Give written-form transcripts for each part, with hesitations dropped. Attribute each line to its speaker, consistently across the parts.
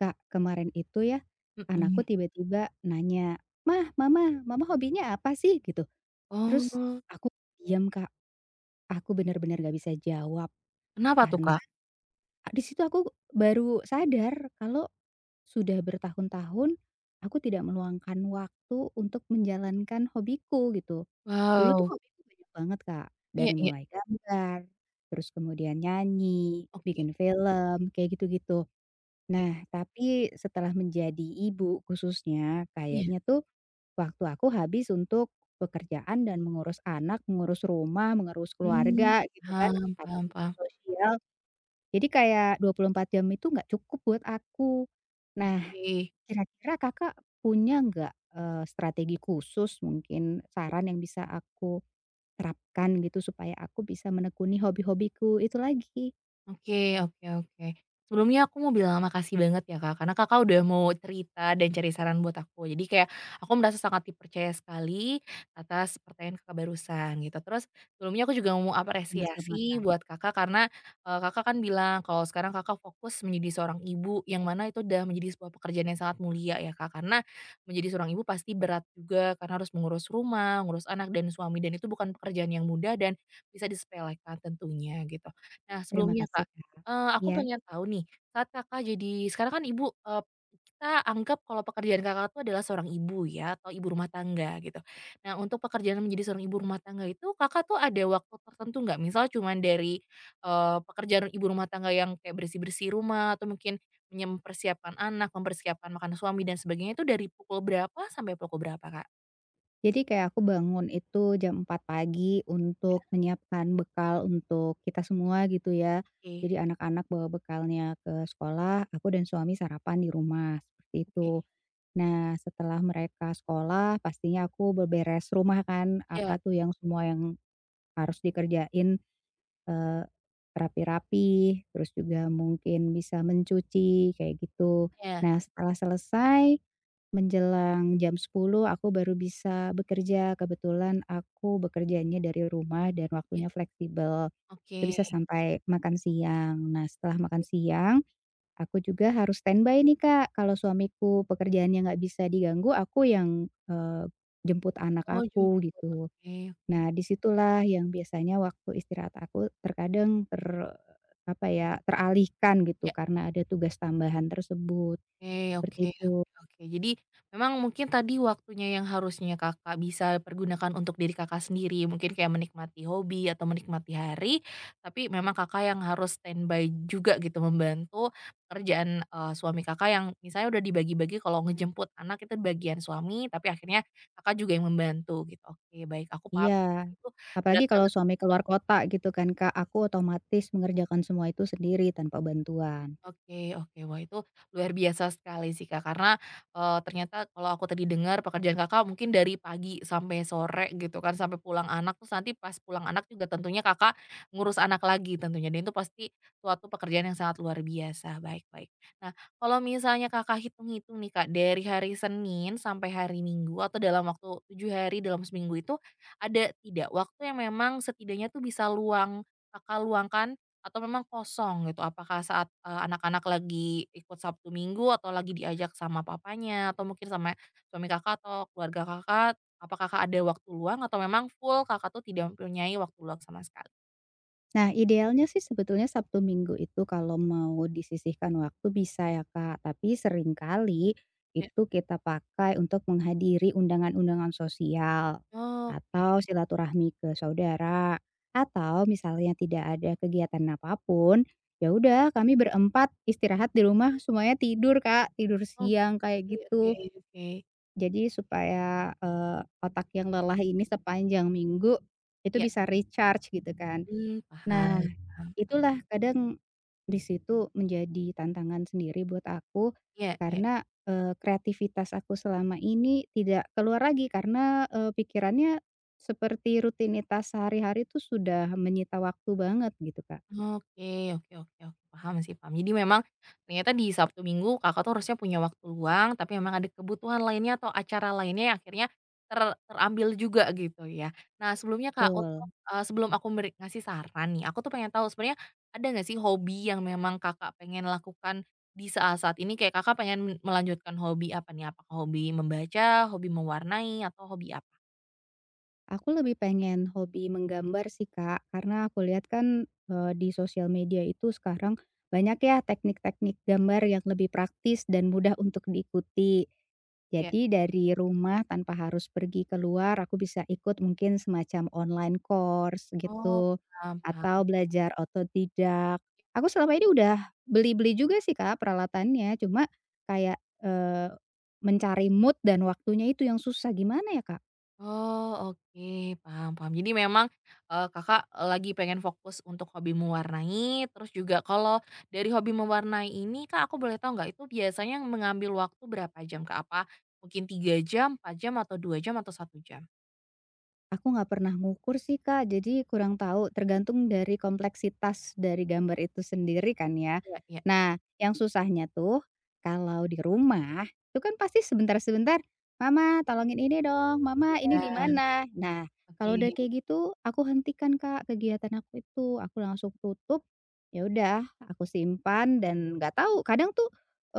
Speaker 1: Kak, kemarin itu ya, anakku
Speaker 2: Mhm.
Speaker 1: tiba-tiba nanya, "Mah, mama hobinya apa sih?" Gitu. Terus
Speaker 2: Oh,
Speaker 1: aku diam Kak, aku benar-benar gak bisa jawab
Speaker 2: kenapa tuh,
Speaker 1: karena
Speaker 2: Kak?
Speaker 1: di situ aku baru sadar kalau sudah bertahun-tahun aku tidak meluangkan waktu untuk menjalankan hobiku gitu. Dulu tuh
Speaker 2: Wow,
Speaker 1: hobiku banyak banget Kak,
Speaker 2: iya
Speaker 1: dari
Speaker 2: iya,
Speaker 1: mulai gambar, terus kemudian nyanyi,
Speaker 2: oke
Speaker 1: bikin film, kayak gitu-gitu.
Speaker 2: oke,
Speaker 1: Nah, tapi setelah menjadi ibu khususnya,
Speaker 2: iya,
Speaker 1: kayaknya tuh waktu aku habis untuk pekerjaan dan mengurus anak, mengurus rumah, mengurus
Speaker 2: mmm,
Speaker 1: keluarga gitu kan,
Speaker 2: paham paham
Speaker 1: aktivitas
Speaker 2: paham,
Speaker 1: sosial. Jadi kayak 24 jam itu nggak cukup buat aku. Nah,
Speaker 2: oke.
Speaker 1: kira-kira Kakak punya nggak, strategi khusus mungkin saran yang bisa aku terapkan gitu supaya aku bisa menekuni hobi-hobiku itu lagi?
Speaker 2: Oke oke oke. Sebelumnya aku mau bilang makasih banget ya, Kak, karena Kakak udah mau cerita dan cari saran buat aku. Jadi kayak aku merasa sangat dipercaya sekali atas pertanyaan Kakak barusan gitu. Terus sebelumnya aku juga mau
Speaker 1: Sama-sama
Speaker 2: apresiasi
Speaker 1: Kak,
Speaker 2: buat Kakak karena Kakak kan bilang kalau sekarang Kakak fokus menjadi seorang ibu, yang mana itu udah menjadi sebuah pekerjaan yang sangat mulia ya, Kak. Karena menjadi seorang ibu pasti berat juga, karena harus mengurus rumah, ngurus anak dan suami, dan itu bukan pekerjaan yang mudah dan bisa disepelekan tentunya gitu. Nah,
Speaker 1: terima
Speaker 2: sebelumnya
Speaker 1: kasih
Speaker 2: Kak,
Speaker 1: Kak.
Speaker 2: aku
Speaker 1: Ya.
Speaker 2: pengen tahu nih, saat Kakak jadi sekarang kan Ibu, kita anggap kalau pekerjaan Kakak tuh adalah seorang ibu ya, atau ibu rumah tangga gitu. Nah, untuk pekerjaan menjadi seorang ibu rumah tangga itu, Kakak tuh ada waktu tertentu nggak? Misal cuman dari pekerjaan ibu rumah tangga yang kayak bersih-bersih rumah, atau mungkin mempersiapkan anak, mempersiapkan makanan suami dan sebagainya, itu dari pukul berapa sampai pukul berapa, Kak?
Speaker 1: Jadi kayak aku bangun itu jam 4 pagi untuk menyiapkan bekal untuk kita semua gitu ya.
Speaker 2: Oke
Speaker 1: Jadi anak-anak bawa bekalnya ke sekolah, aku dan suami sarapan di rumah, seperti
Speaker 2: oke.
Speaker 1: itu. Nah, setelah mereka sekolah pastinya aku berberes rumah kan, apa
Speaker 2: Iya
Speaker 1: tuh yang semua yang harus dikerjain, eee, rapi-rapi, terus juga mungkin bisa mencuci, kayak gitu.
Speaker 2: iya
Speaker 1: Nah, setelah selesai. Menjelang jam 10 aku baru bisa bekerja. Kebetulan aku bekerjanya dari rumah dan
Speaker 2: iya.
Speaker 1: waktunya fleksibel, itu
Speaker 2: Oke.
Speaker 1: bisa sampai makan siang. Nah, setelah makan siang, aku juga harus standby nih, Kak, kalau suamiku pekerjaannya nggak bisa diganggu, aku yang, jemput anak
Speaker 2: Oh, jam,
Speaker 1: aku gitu.
Speaker 2: oke oke.
Speaker 1: Nah, disitulah yang biasanya waktu istirahat aku terkadang apa ya, teralihkan gitu
Speaker 2: Iya,
Speaker 1: karena
Speaker 2: iya.
Speaker 1: ada tugas tambahan tersebut,
Speaker 2: Oke oke
Speaker 1: seperti itu.
Speaker 2: oke oke. Jadi, memang mungkin tadi waktunya yang harusnya Kakak bisa pergunakan untuk diri Kakak sendiri, mungkin kayak menikmati hobi atau menikmati hari, tapi memang Kakak yang harus standby juga gitu, membantu pekerjaan suami Kakak, yang misalnya udah dibagi-bagi kalau ngejemput anak itu bagian suami, tapi akhirnya Kakak juga yang membantu gitu. Oke baik, aku paham
Speaker 1: Iya,
Speaker 2: itu
Speaker 1: apalagi
Speaker 2: berat
Speaker 1: kalau
Speaker 2: banget.
Speaker 1: suami keluar kota gitu kan Kak, aku otomatis mengerjakan semua itu sendiri tanpa bantuan.
Speaker 2: Oke oke. Wah, itu luar biasa sekali sih, Kak, karena ternyata kalau aku tadi dengar pekerjaan Kakak mungkin dari pagi sampai sore gitu kan, sampai pulang anak, terus nanti pas pulang anak juga tentunya Kakak ngurus anak lagi tentunya, dan itu pasti suatu pekerjaan yang sangat luar biasa. Baik baik. Nah, kalau misalnya Kakak hitung-hitung nih, Kak, dari hari Senin sampai hari Minggu atau dalam waktu 7 hari dalam seminggu itu, ada tidak waktu yang memang setidaknya tuh bisa luang Kakak luangkan atau memang kosong gitu? Apakah saat anak-anak lagi ikut Sabtu Minggu atau lagi diajak sama papanya atau mungkin sama suami Kakak atau keluarga Kakak? Apakah Kakak ada waktu luang atau memang full Kakak tuh tidak mempunyai waktu luang sama sekali?
Speaker 1: Nah idealnya sih sebetulnya Sabtu Minggu itu kalau mau disisihkan waktu bisa ya Kak, tapi seringkali
Speaker 2: Iya.
Speaker 1: itu kita pakai untuk menghadiri undangan-undangan sosial, atau
Speaker 2: Oke,
Speaker 1: silaturahmi ke saudara, atau misalnya tidak ada kegiatan apapun, ya udah kami berempat istirahat di rumah semuanya tidur Kak, tidur siang
Speaker 2: oke
Speaker 1: kayak
Speaker 2: oke
Speaker 1: gitu.
Speaker 2: oke.
Speaker 1: Jadi supaya, otak yang lelah ini sepanjang minggu itu
Speaker 2: Ya,
Speaker 1: bisa recharge gitu kan.
Speaker 2: mmm, paham
Speaker 1: Nah,
Speaker 2: paham.
Speaker 1: itulah kadang di situ menjadi tantangan sendiri buat aku
Speaker 2: Iya iya.
Speaker 1: karena, kreativitas aku selama ini tidak keluar lagi karena, pikirannya seperti rutinitas sehari-hari itu sudah menyita waktu banget gitu, Kak.
Speaker 2: Oke oke oke oke, paham sih, paham. Jadi memang ternyata di Sabtu Minggu Kakak tuh harusnya punya waktu luang, tapi memang ada kebutuhan lainnya atau acara lainnya yang akhirnya ter terambil juga gitu ya. Nah, sebelumnya Kak, untuk
Speaker 1: Betul.
Speaker 2: sebelum aku ngasih saran nih, aku tuh pengen tahu sebenarnya ada nggak sih hobi yang memang Kakak pengen lakukan di saat-saat ini? Kayak Kakak pengen melanjutkan hobi apa nih? Apakah hobi membaca, hobi mewarnai, atau hobi apa?
Speaker 1: Aku lebih pengen hobi menggambar sih, Kak, karena aku lihat kan, di sosial media itu sekarang banyak ya teknik-teknik gambar yang lebih praktis dan mudah untuk diikuti.
Speaker 2: Ya.
Speaker 1: Jadi dari rumah tanpa harus pergi keluar, aku bisa ikut mungkin semacam online course
Speaker 2: Oh,
Speaker 1: gitu,
Speaker 2: paham
Speaker 1: atau
Speaker 2: paham.
Speaker 1: belajar otodidak. Aku selama ini udah beli-beli juga sih, Kak, peralatannya, cuma kayak, eee, mencari mood dan waktunya itu yang susah, gimana ya, Kak?
Speaker 2: Oh, oke, paham paham. Jadi memang Kakak lagi pengen fokus untuk hobi mewarnai. Terus juga kalau dari hobi mewarnai ini, Kak, aku boleh tahu nggak, itu biasanya mengambil waktu berapa jam, Kak? Apa mungkin 3 jam, 4 jam, atau 2 jam, atau 1 jam?
Speaker 1: Aku nggak pernah ngukur sih, Kak, jadi kurang tahu, tergantung dari kompleksitas dari gambar itu sendiri kan ya.
Speaker 2: Iya iya.
Speaker 1: Nah, yang susahnya tuh kalau di rumah, itu kan pasti sebentar-sebentar, "Mama tolongin ini dong, mama ini di
Speaker 2: Iya.
Speaker 1: mana?" Nah,
Speaker 2: Oke.
Speaker 1: kalau udah kayak gitu aku hentikan, Kak, kegiatan aku itu, aku langsung tutup, ya udah aku simpan dan nggak tahu kadang tuh.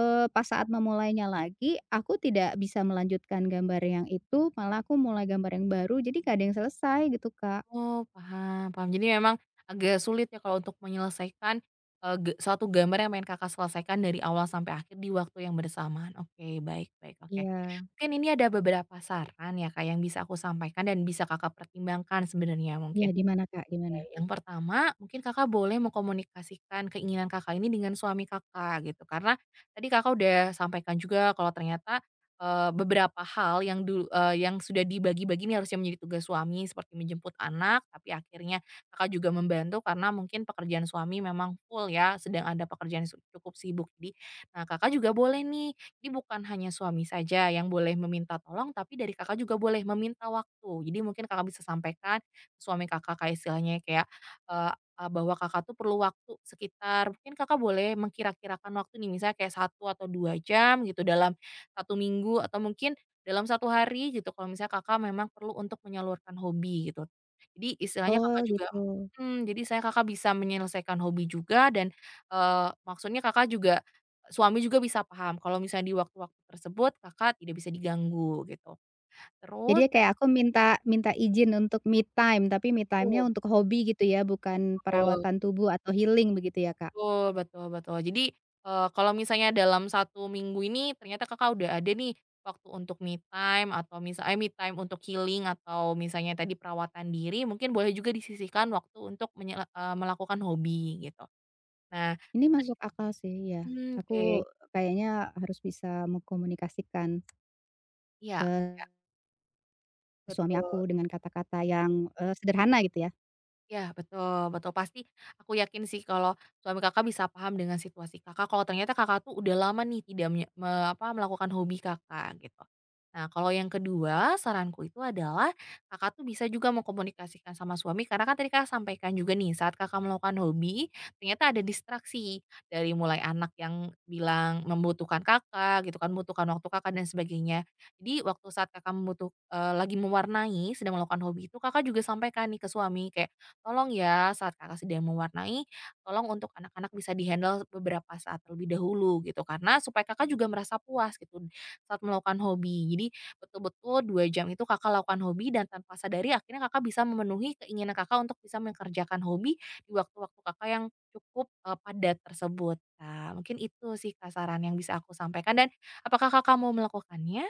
Speaker 1: Pas saat memulainya lagi, aku tidak bisa melanjutkan gambar yang itu, malah aku mulai gambar yang baru, jadi gak ada yang selesai gitu, Kak.
Speaker 2: Oh, paham paham. Jadi memang agak sulit ya kalau untuk menyelesaikan, eee, ge suatu gambar yang pengen Kakak selesaikan dari awal sampai akhir di waktu yang bersamaan. Oke, baik baik, oke.
Speaker 1: Iya.
Speaker 2: Mungkin ini ada beberapa saran ya, Kak, yang bisa aku sampaikan dan bisa Kakak pertimbangkan sebenarnya
Speaker 1: Iya,
Speaker 2: mungkin.
Speaker 1: gimana, Kak, gimana?
Speaker 2: Oke, yang pertama mungkin Kakak boleh mengkomunikasikan keinginan Kakak ini dengan suami Kakak gitu, karena tadi Kakak udah sampaikan juga kalau ternyata beberapa hal yang dulu yang sudah dibagi-bagi ini harusnya menjadi tugas suami seperti menjemput anak, tapi akhirnya Kakak juga membantu karena mungkin pekerjaan suami memang full ya, sedang ada pekerjaan cukup sibuk. Jadi, nah Kakak juga boleh nih, ini bukan hanya suami saja yang boleh meminta tolong, tapi dari Kakak juga boleh meminta waktu. Jadi mungkin Kakak bisa sampaikan Suami Kakak kayak istilahnya ya, kayak, eee eee, bahwa Kakak tuh perlu waktu sekitar, mungkin Kakak boleh mengkira-kirakan waktu nih misalnya kayak 1 atau 2 jam gitu dalam satu minggu atau mungkin dalam satu hari gitu, kalau misalnya Kakak memang perlu untuk menyalurkan hobi gitu. Jadi istilahnya
Speaker 1: Oh,
Speaker 2: Kakak juga,
Speaker 1: gitu.
Speaker 2: mhm, jadi saya Kakak bisa menyelesaikan hobi juga dan maksudnya Kakak juga suami juga bisa paham kalau misalnya di waktu-waktu tersebut Kakak tidak bisa diganggu gitu.
Speaker 1: Jadi
Speaker 2: Terus
Speaker 1: ya
Speaker 2: tadi.
Speaker 1: kayak aku minta minta izin untuk me time, tapi me time-nya untuk hobi gitu ya, bukan perawatan tubuh atau healing begitu ya, Kak?
Speaker 2: Betul betul betul. Jadi kalau misalnya dalam satu minggu ini ternyata Kakak udah ada nih waktu untuk me time atau misalnya me time untuk healing atau misalnya tadi perawatan diri, mungkin boleh juga disisihkan waktu untuk melakukan hobi gitu. Nah,
Speaker 1: Ini
Speaker 2: terus tadi
Speaker 1: masuk akal sih, iya.
Speaker 2: mmm, oke.
Speaker 1: Aku kayaknya harus bisa mengkomunikasikan
Speaker 2: Iya iya,
Speaker 1: ke suami
Speaker 2: betul.
Speaker 1: aku dengan kata-kata yang, sederhana gitu ya.
Speaker 2: Ya, betul betul. Pasti aku yakin sih kalau suami Kakak bisa paham dengan situasi Kakak, kalau ternyata Kakak tuh udah lama nih tidak melakukan hobi Kakak, gitu. Nah, kalau yang kedua, saranku itu adalah Kakak tuh bisa juga mengkomunikasikan sama suami, karena kan tadi Kakak sampaikan juga nih, saat Kakak melakukan hobi, ternyata ada distraksi. Dari mulai anak yang bilang membutuhkan Kakak gitu kan, membutuhkan waktu Kakak dan sebagainya. Jadi waktu saat Kakak lagi mewarnai, sedang melakukan hobi itu, Kakak juga sampaikan nih ke suami, kayak tolong ya saat Kakak sedang mewarnai, tolong untuk anak-anak bisa dihandle beberapa saat terlebih dahulu gitu, karena supaya Kakak juga merasa puas gitu saat melakukan hobi. Jadi betul-betul 2 jam itu Kakak lakukan hobi dan tanpa sadari akhirnya Kakak bisa memenuhi keinginan Kakak untuk bisa mengerjakan hobi di waktu-waktu Kakak yang cukup padat tersebut. Nah, mungkin itu sih Kak yang bisa aku sampaikan, dan apakah Kakak mau melakukannya?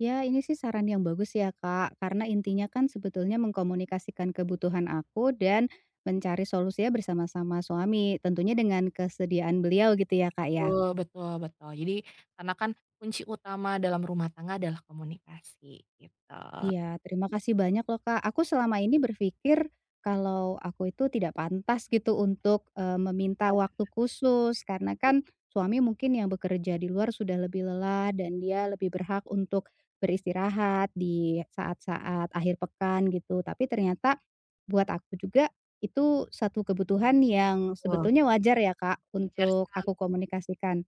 Speaker 1: Ya, ini sih saran yang bagus ya, Kak. Karena intinya kan sebetulnya mengkomunikasikan kebutuhan aku dan mencari solusinya bersama-sama suami, tentunya dengan kesediaan beliau gitu ya, Kak, ya.
Speaker 2: Betul betul betul. Jadi karena kan kunci utama dalam rumah tangga adalah komunikasi gitu.
Speaker 1: Iya, terima kasih banyak loh, Kak. Aku selama ini berpikir kalau aku itu tidak pantas gitu untuk, meminta waktu khusus karena
Speaker 2: Oke
Speaker 1: kan suami mungkin yang bekerja di luar sudah lebih lelah dan dia lebih berhak untuk beristirahat di saat-saat akhir pekan gitu. Tapi ternyata buat aku juga itu satu kebutuhan yang
Speaker 2: betul,
Speaker 1: sebetulnya wajar ya, Kak,
Speaker 2: wajar
Speaker 1: untuk
Speaker 2: sekali.
Speaker 1: aku komunikasikan.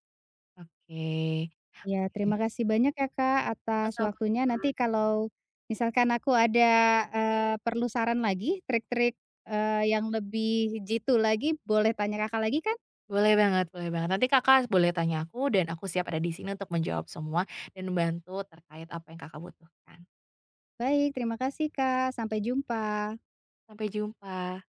Speaker 2: Oke.
Speaker 1: Iya,
Speaker 2: Oke,
Speaker 1: terima kasih banyak ya, Kak, atas
Speaker 2: sama-sama.
Speaker 1: waktunya. Nanti kalau misalkan aku ada, perlu saran lagi, trik-trik, yang lebih jitu lagi, boleh tanya Kakak lagi kan?
Speaker 2: Boleh banget boleh banget. Nanti Kakak boleh tanya aku dan aku siap ada di sini untuk menjawab semua dan membantu terkait apa yang Kakak butuhkan.
Speaker 1: Baik, terima kasih, Kak. Sampai jumpa.
Speaker 2: Sampai jumpa.